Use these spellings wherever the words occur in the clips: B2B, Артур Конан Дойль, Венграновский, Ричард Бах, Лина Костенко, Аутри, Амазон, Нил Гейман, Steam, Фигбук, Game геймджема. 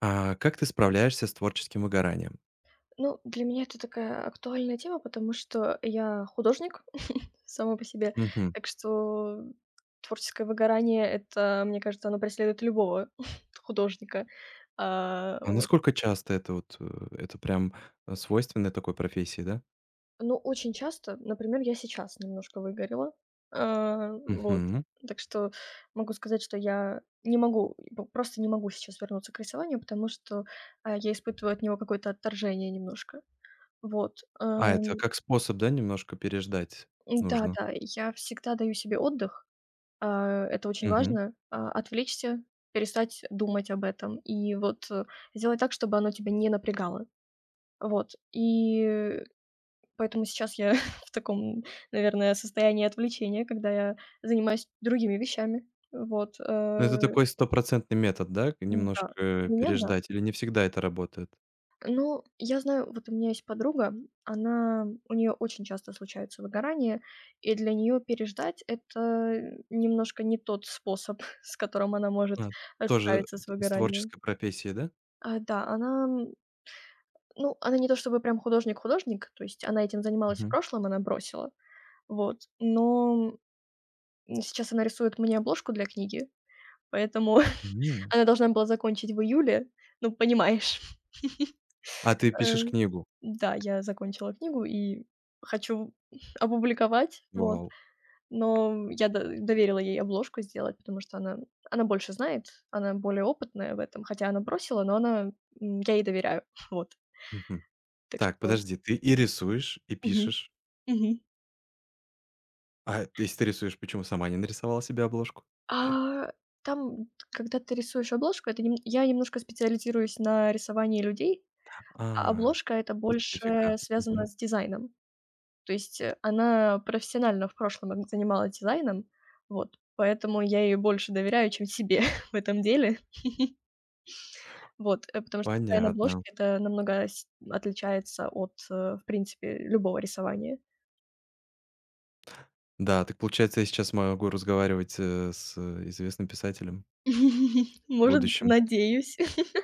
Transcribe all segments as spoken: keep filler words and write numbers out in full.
А как ты справляешься с творческим выгоранием? Ну, для меня это такая актуальная тема, потому что я художник сама по себе, Мгм. так что творческое выгорание- это, мне кажется, оно преследует любого художника. А, А вот. насколько часто это вот, э, это прям, э, свойственно такой профессии, да? Но очень часто, например, я сейчас немножко выгорела, а, вот. Мгм. Так что могу сказать, что я не могу, п просто не могу сейчас вернуться к рисованию, потому что а, я испытываю от него какое-то отторжение немножко. Вот, А, это эм, как способ, да, немножко переждать нужно? да-да, я всегда даю себе отдых. А, это очень Мгм. важно. А, отвлечься, перестать думать об этом и вот, э, сделать так, чтобы оно тебя не напрягало. Вот. И поэтому сейчас я в таком, наверное, состоянии отвлечения, когда я занимаюсь другими вещами. Вот, Ну, э, это такой стопроцентный метод, да, к- да, немножко, для э, меня да. переждать, или не всегда это работает? Ну, я знаю, вот у меня есть подруга, она у нее очень часто случаются выгорания, и для нее переждать- это немножко не тот способ, с которым она может, А, э, тоже справиться с из выгоранием. творческой профессии, да? А, да, она, м, ну, она не то чтобы прям художник-художник, то есть она этим занималась в Мгм. прошлом, она бросила, вот, но, м, сейчас она рисует мне обложку для книги, поэтому М. она должна была закончить в июле, ну, понимаешь. А ты пишешь книгу? Да, я закончила книгу и хочу опубликовать, вот. Вау. Но я до доверила ей обложку сделать, потому что она она больше знает, она более опытная в этом. Хотя она бросила, но она, м, я ей доверяю, вот. Мгм. Так Так, что подожди, ты и рисуешь, и мгм. пишешь. Мгм. А если ты рисуешь, почему сама не нарисовала себе обложку? А, там, когда ты рисуешь обложку, это нем я немножко специализируюсь на рисовании людей, а А. обложка- это больше Специфика. связано Мгм. с дизайном. То есть, э, она профессионально в прошлом м занималась дизайном, вот, поэтому я ей больше доверяю, чем себе в этом деле. Вот, э, потому что дизайн обложки- Понятно. это намного с отличается от, э, в принципе, любого рисования. Да, так получается, я сейчас могу разговаривать, э, с э, известным писателем в Может, будущем. надеюсь,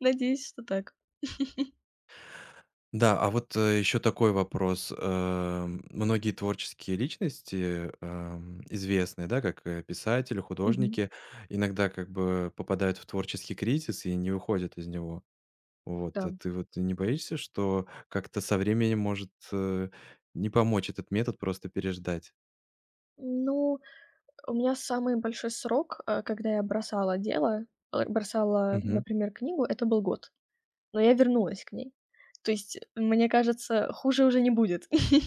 надеюсь, что так. Да, а вот, э, еще такой вопрос. Эм, многие творческие личности, эм, известные, да, как, э, писатели, Мгм. художники, иногда как бы попадают в творческий кризис и не выходят из него. Вот, Да. а ты вот не боишься, что как-то со временем может, э, не помочь этот метод, просто переждать? Ну, у меня самый большой срок, э, когда я бросала дело, э, бросала, Мгм. например, книгу- это был год, но я вернулась к ней. То есть, мне кажется, хуже уже не будет.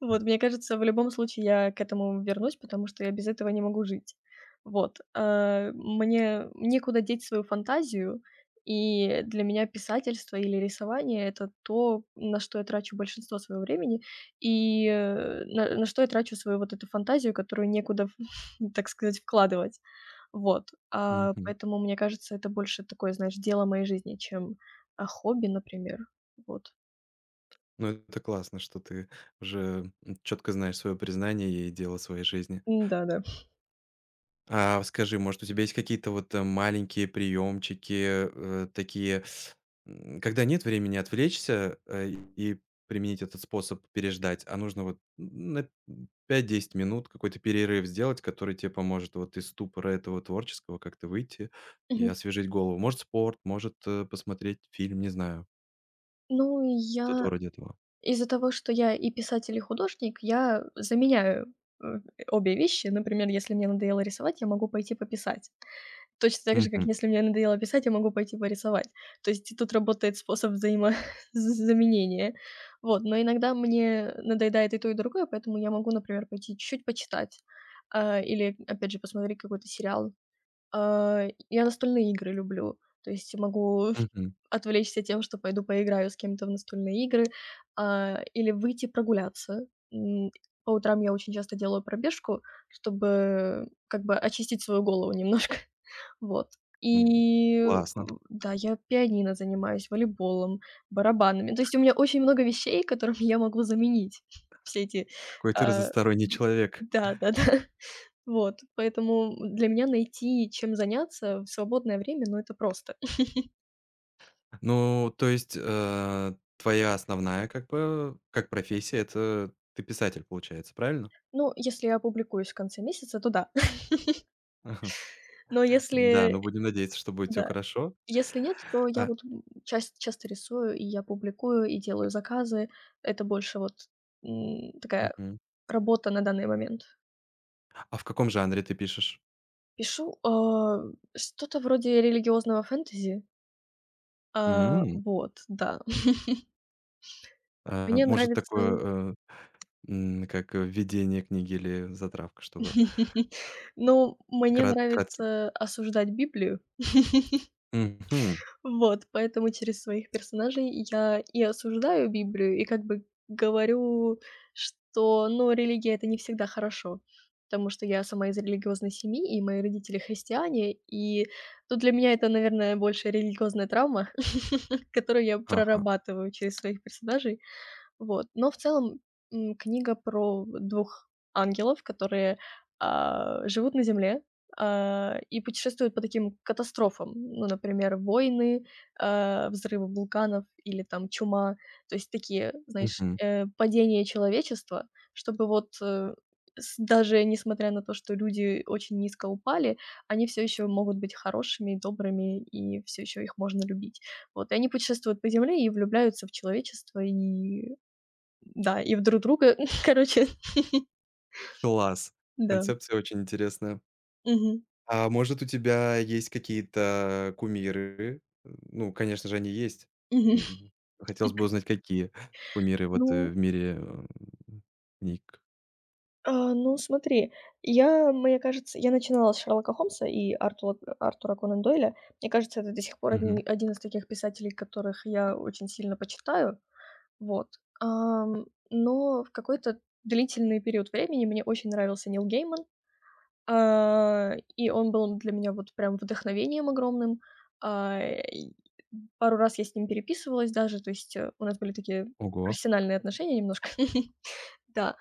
Вот, мне кажется, в любом случае я к этому вернусь, потому что я без этого не могу жить. Вот, э, мне некуда деть свою фантазию, и для меня писательство или рисование- это то, на что я трачу большинство своего времени, и, э, на на что я трачу свою вот эту фантазию, которую некуда, так сказать, вкладывать. Вот, а, Мгм. поэтому, мне кажется, это больше такое, знаешь, дело моей жизни, чем, а, хобби, например. Вот. Ну, это классно, что ты уже четко знаешь свое признание и дело своей жизни. Да, да. А скажи, может, у тебя есть какие-то вот, э, маленькие приемчики, э, такие, м, когда нет времени отвлечься, э, и применить этот способ переждать, а нужно вот на пять-десять минут какой-то перерыв сделать, который тебе поможет вот из ступора этого творческого как-то выйти и Мгм. освежить голову? Может, спорт, может, э, посмотреть фильм, не знаю, Ну, что-то я вроде этого. из-за того, что я и писатель, и художник, я заменяю, э, обе вещи. Например, если мне надоело рисовать, я могу пойти пописать. Точно так же, как Мгм, если мне надоело писать, я могу пойти порисовать. То есть и тут работает способ взаимозаменения. Вот, но иногда мне надоедает и то, и другое, поэтому я могу, например, пойти чуть-чуть почитать, а, или, опять же, посмотреть какой-то сериал. А, я настольные игры люблю. То есть могу мгм. отвлечься тем, что пойду поиграю с кем-то в настольные игры, а, или выйти прогуляться. М, по утрам я очень часто делаю пробежку, чтобы как бы очистить свою голову немножко. Вот. Ну, И, м, классно. да, я пианино занимаюсь, волейболом, барабанами. То есть у меня очень много вещей, которыми я могу заменить все эти, Какой ты а, разносторонний д человек. да-да-да. Вот, поэтому для меня найти, чем заняться в свободное время, ну, это просто. Ну, то есть, э, твоя основная, как бы, как профессия — это ты писатель, получается, правильно? Ну, если я опубликуюсь в конце месяца, то да. Ага. Но Да, ну, если будем надеяться, что будет все да, хорошо. если нет, то я А, вот, м, часть часто рисую, и я публикую, и делаю заказы. Это больше вот, м, такая мгм. работа на данный момент. А в каком жанре ты пишешь? Пишу, а, что-то вроде религиозного фэнтези. А, М, вот, да. а, Мне может, нравится такое, э, м, как введение книги или затравка, чтобы ну, мне крат краткий. нравится осуждать Библию. Мгм. Вот, поэтому через своих персонажей я и осуждаю Библию, и как бы говорю, что, ну, религия- это не всегда хорошо, потому что я сама из религиозной семьи, и мои родители христиане, и тут для меня это, наверное, больше религиозная травма, которую я Ага. прорабатываю через своих персонажей. Вот. Но в целом, м, книга про двух ангелов, которые, а, живут на Земле, а, и путешествуют по таким катастрофам. Ну, например, войны, а, взрывы вулканов или там чума. То есть такие, знаешь, Мгм. э, падения человечества, чтобы вот, э, с даже несмотря на то, что люди очень низко упали, они все еще могут быть хорошими, добрыми, и все еще их можно любить. Вот. И они путешествуют по Земле и влюбляются в человечество, и да, и в друг друга, короче, Класс. да. Концепция очень интересная. Мгм. А может, у тебя есть какие-то кумиры? Ну, конечно же, они есть. Мгм. М, хотелось бы узнать, какие кумиры вот, э, Ну, в мире, м, книг. а, ну, смотри, я, мне кажется, я начинала с Шерлока Холмса и Артура Артура Конан Дойля. Мне кажется, это до сих пор Мгм. одни один из таких писателей, которых я очень сильно почитаю. Вот. Ам, но в какой-то длительный период времени мне очень нравился Нил Гейман. А, и он был для меня вот прям вдохновением огромным. А, и пару раз я с ним переписывалась даже, то есть, э, у нас были такие Ого. профессиональные отношения немножко. Да,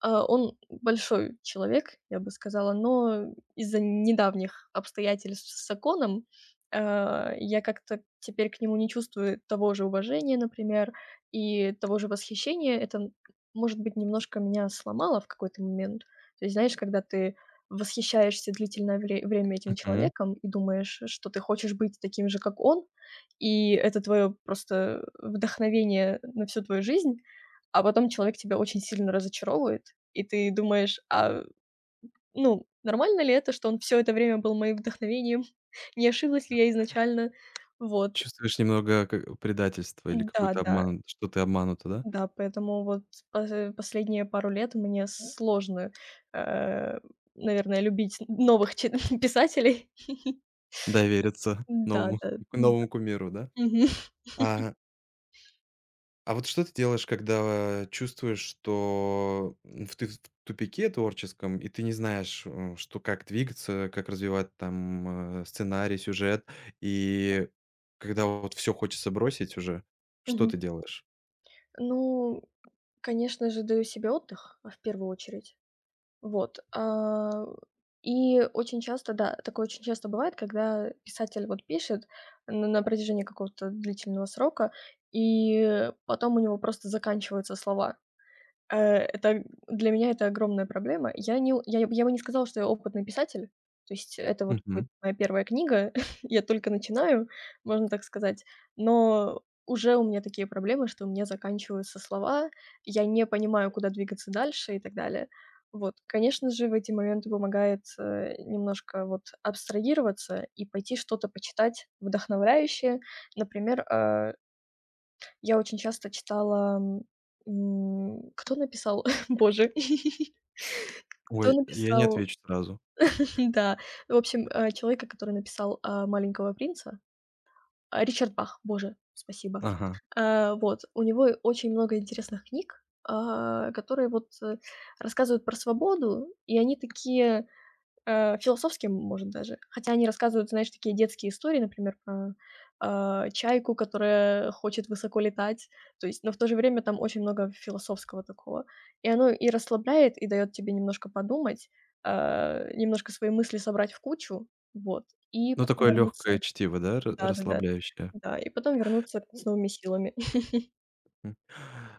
а, он большой человек, я бы сказала, но из-за недавних обстоятельств с законом, а, я как-то теперь к нему не чувствую того же уважения, например, и того же восхищения. Это, может быть, немножко меня сломало в какой-то момент. То есть, знаешь, когда ты восхищаешься длительное вре время этим Мгм. человеком и думаешь, что ты хочешь быть таким же, как он, и это твое просто вдохновение на всю твою жизнь, а потом человек тебя очень сильно разочаровывает, и ты думаешь: «А, ну, нормально ли это, что он все это время был моим вдохновением? Не ошиблась ли я изначально?» Вот. Чувствуешь немного ка предательство или Да, какую-то да, обман? Что ты обманута, да? да, поэтому вот пос последние пару лет мне сложно, э, наверное, любить новых чит писателей. Довериться Да, новому да, да. новому кумиру, да? Мгм. А А вот что ты делаешь, когда чувствуешь, что м, в ты в тупике творческом, и ты не знаешь, э, что как двигаться, как развивать там, э, сценарий, сюжет, и когда вот все хочется бросить уже, что Мгм. ты делаешь? Ну, конечно же, даю себе отдых, а, в первую очередь. Вот, а, и очень часто, да, такое очень часто бывает, когда писатель вот пишет н на протяжении какого-то длительного срока, и потом у него просто заканчиваются слова. Э, это Для меня это огромная проблема. Я не у я я бы не сказала, что я опытный писатель. То есть это вот будет Мгм. моя первая книга. Я только начинаю, можно так сказать. Но уже у меня такие проблемы, что у меня заканчиваются слова, я не понимаю, куда двигаться дальше и так далее. Вот, конечно же, в эти моменты помогает, э, немножко вот абстрагироваться и пойти что-то почитать вдохновляющее. Например, э я очень часто читала, м, кто написал, боже, кто Ой, я не написал, отвечу сразу. да, в общем, э, человека, который написал, а, «Маленького принца», а, Ричард Бах, боже, спасибо. Ага. А, вот, у него очень много интересных книг, а, которые вот, э, рассказывают про свободу, и они такие Э, философским, может, даже. Хотя они рассказывают, знаешь, такие детские истории, например, про, а, чайку, которая хочет высоко летать. То есть, но в то же время там очень много философского такого. И оно и расслабляет, и дает тебе немножко подумать, а, немножко свои мысли собрать в кучу, вот, и Ну, потом такое легкое вернуться чтиво, да, ра Да-да-да. расслабляющее? Да, и потом вернуться с новыми силами. М.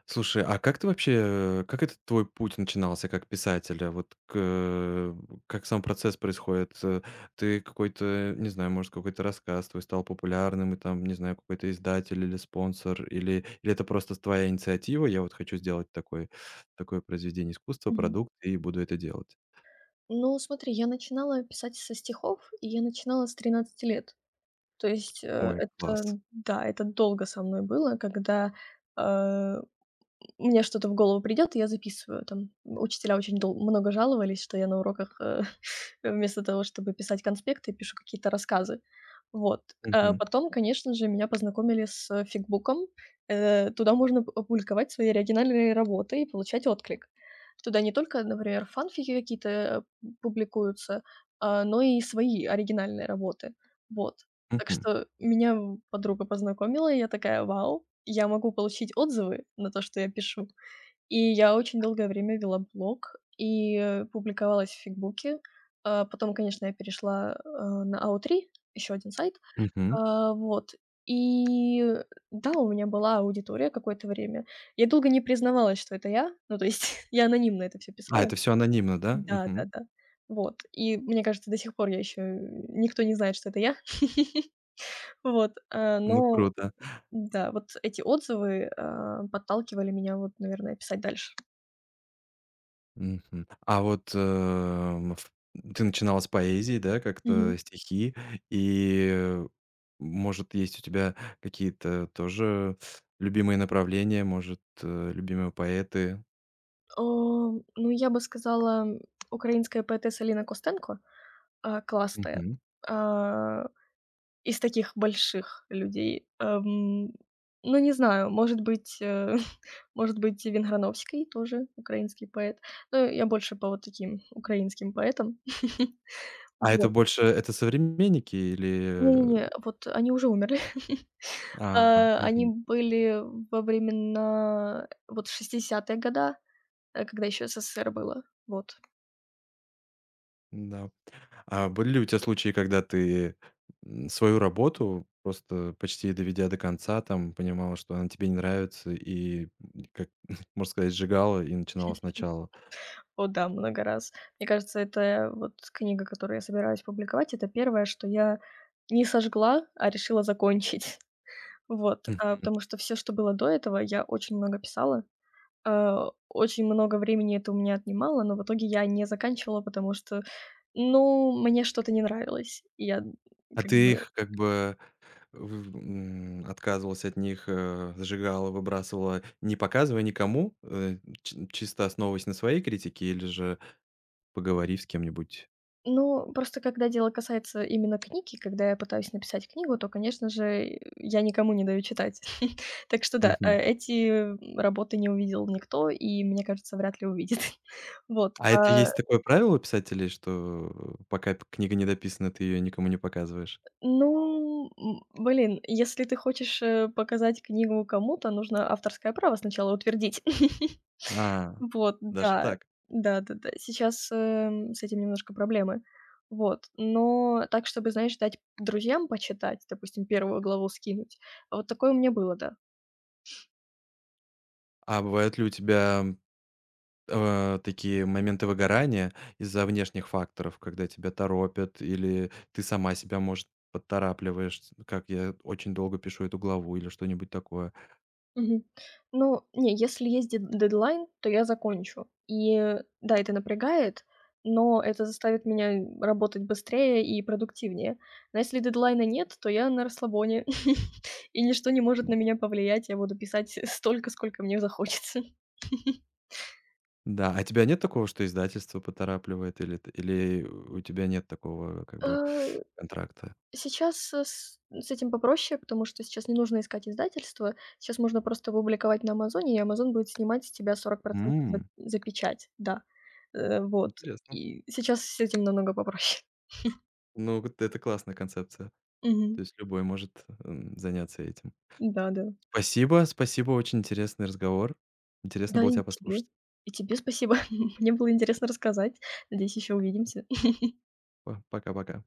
Слушай, а как ты вообще, э, как этот твой путь начинался как писателя? Вот к, э, как сам процесс происходит? Э, ты какой-то, не знаю, может, какой-то рассказ твой стал популярным, и там, не знаю, какой-то издатель или спонсор, или, или это просто твоя инициатива? Я вот хочу сделать такой, такое произведение искусства, Мгм. продукт, и буду это делать. Ну, смотри, я начинала писать со стихов, и я начинала с тринадцати лет. То есть, э, Ой, это класс. да, это долго со мной было, когда, а, мне что-то в голову придет, и я записываю там. Учителя очень дол много жаловались, что я на уроках, э, вместо того, чтобы писать конспекты, пишу какие-то рассказы. Вот. А Мгм, потом, конечно же, меня познакомили с фикбуком. Э, туда можно п публиковать свои оригинальные работы и получать отклик. Туда не только, например, фанфики какие-то, э, публикуются, а, но и свои оригинальные работы. Вот. Так мгм, что меня в подруга познакомила, и я такая: «Вау, я могу получить отзывы на то, что я пишу». И я очень долгое время вела блог и, э, публиковалась в «Фигбуке». А, потом, конечно, я перешла, э, на «Аутри», еще один сайт. мгм. А, вот. И, э, да, у меня была аудитория какое-то время. Я долго не признавалась, что это я. Ну, то есть я анонимно это все А, писала. это все анонимно, да? Да, да, Мгм. да. Вот. И мне кажется, до сих пор я еще никто не знает, что это я. Вот, а, Ну, но круто. да, вот эти отзывы, а, подталкивали меня вот, наверное, писать дальше. Мгм. А вот, эм, ф ты начинала с поэзии, да, как-то Мгм. стихи, и, э, может, есть у тебя какие-то тоже любимые направления, может, э, любимые поэты? А, ну, я бы сказала, м, украинская поэтесса Лина Костенко, а, классная. Мгм. А, из таких больших людей. Ам, ну, не знаю, может быть, э, может быть, и Венграновский тоже украинский поэт. Ну, я больше по вот таким украинским поэтам. А это Вот. больше это современники или, э, Не-не-не, вот они уже умерли. А, Э, они мгм, были во времена вот шестидесятые года, э, когда еще эс эс эс эр было. Вот. да. А были ли у тебя случаи, когда ты, м, свою работу, просто почти доведя до конца, там, понимала, что она тебе не нравится, и, м, как, можно сказать, сжигала и начинала сначала? О да, много раз. Мне кажется, это вот книга, которую я собираюсь публиковать, это первое, что я не сожгла, а решила закончить. Вот, а, Мгм. потому что все, что было до этого, я очень много писала. Э, Очень много времени это у меня отнимало, но в итоге я не заканчивала, потому что, ну, мне что-то не нравилось. И я, А как ты бы их как бы в м, отказывалась от них, э, сжигала, выбрасывала, не показывая никому, э, чи чисто основываясь на своей критике или же поговорив с кем-нибудь? Ну, просто когда дело касается именно книги, когда я пытаюсь написать книгу, то, конечно же, э, я никому не даю читать. Так что да, э, Мгм. эти, м, работы не увидел никто и, мне кажется, вряд ли увидит. Вот, А это а, есть такое правило у писателей, что э, пока п книга не дописана, ты ее никому не показываешь? ну, м, блин, если ты хочешь, э, показать книгу кому-то, нужно авторское право сначала утвердить. А, Вот, даже да. так. Да-да-да. Сейчас, эм, с этим немножко проблемы. Вот. Но так, чтобы, знаешь, дать друзьям почитать, допустим, первую главу скинуть, А вот такое у меня было, да. А бывают ли у тебя, э, такие моменты выгорания из-за внешних факторов, когда тебя торопят или ты сама себя, может, поторапливаешь, с как я очень долго пишу эту главу или что-нибудь такое? Мгм. Ну, не, если есть дед дедлайн, то я закончу. И, э, да, это напрягает, но это заставит меня работать быстрее и продуктивнее. Но если дедлайна нет, то я на расслабоне, и ничто не может на меня повлиять. Я буду писать столько, сколько мне захочется. Да, а тебя нет такого, что издательство поторапливает или т или у тебя нет такого как бы Э. контракта? Сейчас, э, с с этим попроще, потому что сейчас не нужно искать издательство. Сейчас можно просто опубликовать на «Амазоне», и «Амазон» будет снимать с тебя сорок за М, за печать, да. Э, вот. интересно. И сейчас с этим намного попроще. Ну, вот это классная концепция. То Мгм. есть любой может, м, заняться этим. Да-да. Спасибо спасибо, очень интересный разговор. Интересно Да, Да, было и тебя тебе. послушать. И тебе спасибо. Мне было интересно рассказать. Надеюсь, еще увидимся. Па пока-пока.